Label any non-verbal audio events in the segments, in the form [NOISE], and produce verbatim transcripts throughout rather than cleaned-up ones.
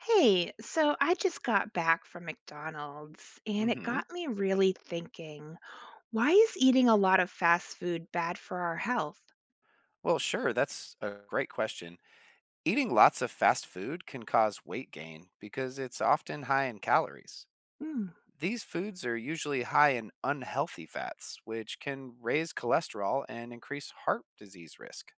Hey, so I just got back from McDonald's and it Hmm. got me really thinking, why is eating a lot of fast food bad for our health? Well, sure, that's a great question. Eating lots of fast food can cause weight gain because it's often high in calories. Mm, These foods are usually high in unhealthy fats, which can raise cholesterol and increase heart disease risk.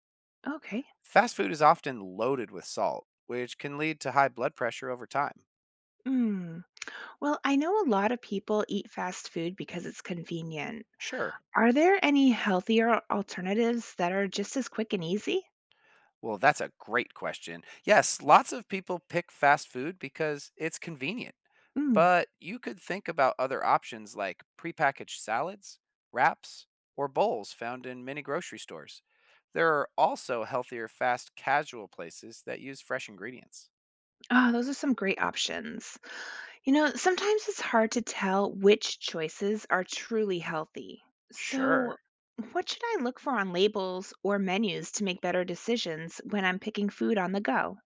okay. Fast food is often loaded with salt, which can lead to high blood pressure over time. Mm. Well, I know a lot of people eat fast food because it's convenient. Sure. Are there any healthier alternatives that are just as quick and easy? Well, that's a great question. Yes, lots of people pick fast food because it's convenient, Mm. but you could think about other options like prepackaged salads, wraps, or bowls found in many grocery stores. There are also healthier, fast, casual places that use fresh ingredients. Oh, those are some great options. You know, sometimes it's hard to tell which choices are truly healthy. So, Sure. what should I look for on labels or menus to make better decisions when I'm picking food on the go?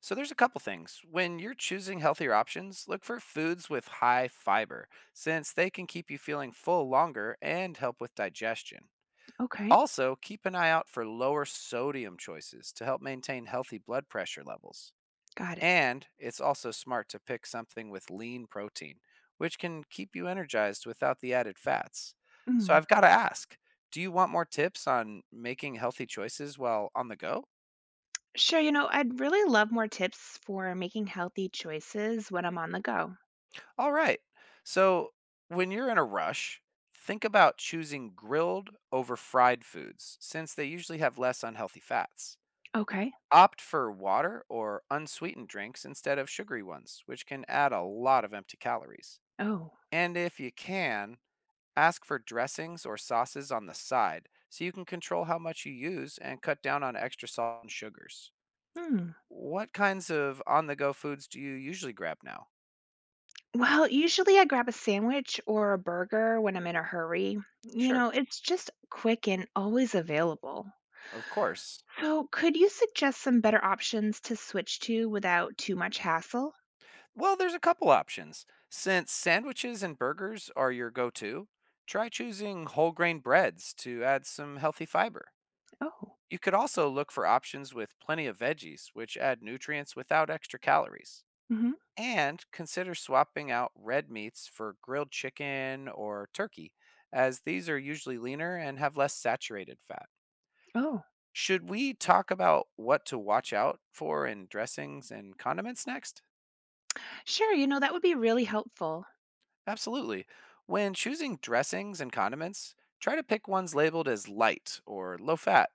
So there's a couple things. When you're choosing healthier options, look for foods with high fiber since they can keep you feeling full longer and help with digestion. Okay, Also, keep an eye out for lower sodium choices to help maintain healthy blood pressure levels. got it. And it's also smart to pick something with lean protein, which can keep you energized without the added fats. So Mm. I've got to ask, do you want more tips on making healthy choices while on the go? Sure, you know, I'd really love more tips for making healthy choices when I'm on the go. All right. So when you're in a rush, think about choosing grilled over fried foods since they usually have less unhealthy fats. Okay. Opt for water or unsweetened drinks instead of sugary ones, which can add a lot of empty calories. Oh. And if you can, ask for dressings or sauces on the side so you can control how much you use and cut down on extra salt and sugars. Hmm. What kinds of on the go foods do you usually grab now? Well, usually I grab a sandwich or a burger when I'm in a hurry. You Sure, know, it's just quick and always available. of course. So, could you suggest some better options to switch to without too much hassle? Well, there's a couple options. Since sandwiches and burgers are your go to, try choosing whole grain breads to add some healthy fiber. Oh, You could also look for options with plenty of veggies, which add nutrients without extra calories. hmm, And consider swapping out red meats for grilled chicken or turkey, as these are usually leaner and have less saturated fat. oh, Should we talk about what to watch out for in dressings and condiments next? sure, you know, that would be really helpful. Absolutely. When choosing dressings and condiments, try to pick ones labeled as light or low fat.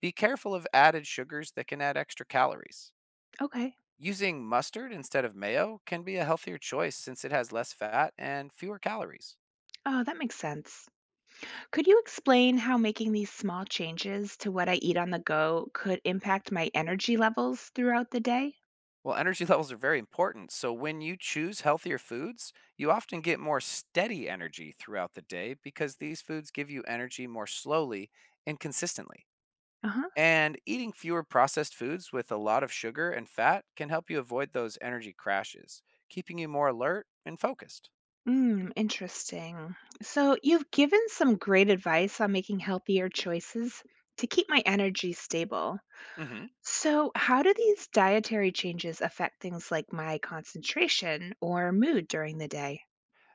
Be careful of added sugars that can add extra calories. Okay. Using mustard instead of mayo can be a healthier choice since it has less fat and fewer calories. Oh, that makes sense. Could you explain how making these small changes to what I eat on the go could impact my energy levels throughout the day? Well, energy [LAUGHS] levels are very important, so when you choose healthier foods, you often get more steady energy throughout the day because these foods give you energy more slowly and consistently. Uh huh. And eating fewer processed foods with a lot of sugar and fat can help you avoid those energy crashes, keeping you more alert and focused. Mm, interesting. So, you've given some great advice on making healthier choices to keep my energy stable. Mhm. So, how do these dietary changes affect things like my concentration or mood during the day?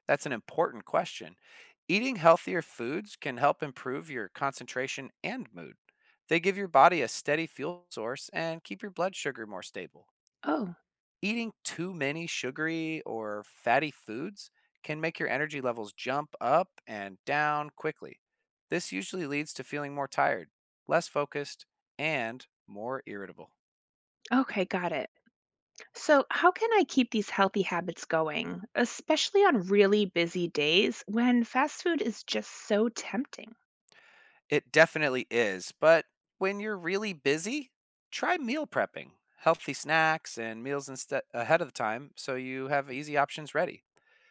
That's an important question. Eating healthier foods can help improve your concentration and mood. They give your body a steady fuel source and keep your blood sugar more stable. Oh, Eating too many sugary or fatty foods can make your energy levels jump up and down quickly. This usually leads to feeling more tired, less focused, and more irritable. okay, got it. So, how can I keep these healthy habits going, especially on really busy days when fast food is just so tempting? It definitely is, but when you're really busy, try meal prepping healthy snacks and meals instead ahead of the time so you have easy options ready.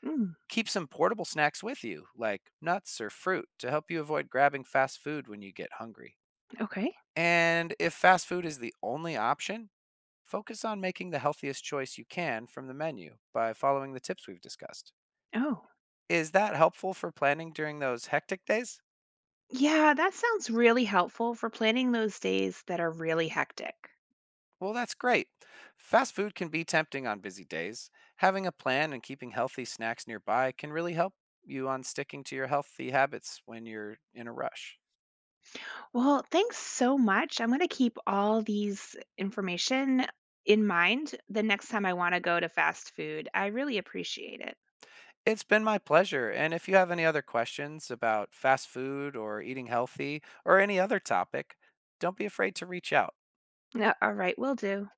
Mm, Keep some portable snacks with you, like nuts or fruit, to help you avoid grabbing fast food when you get hungry. okay. And if fast food is the only option, focus on making the healthiest choice you can from the menu by following the tips we've discussed. Oh, Is that helpful for planning during those hectic days? yeah, that sounds really helpful for planning those days that are really hectic. Well, that's great. Fast food can be tempting on busy days. Having a plan and keeping healthy snacks nearby can really help you on sticking to your healthy habits when you're in a rush. Well, thanks so much. I'm going to keep all these information in mind the next time I want to go to fast food. I really appreciate it. It's been my pleasure. And if you have any other questions about fast food or eating healthy or any other topic, don't be afraid to reach out. Yeah, all right, will do.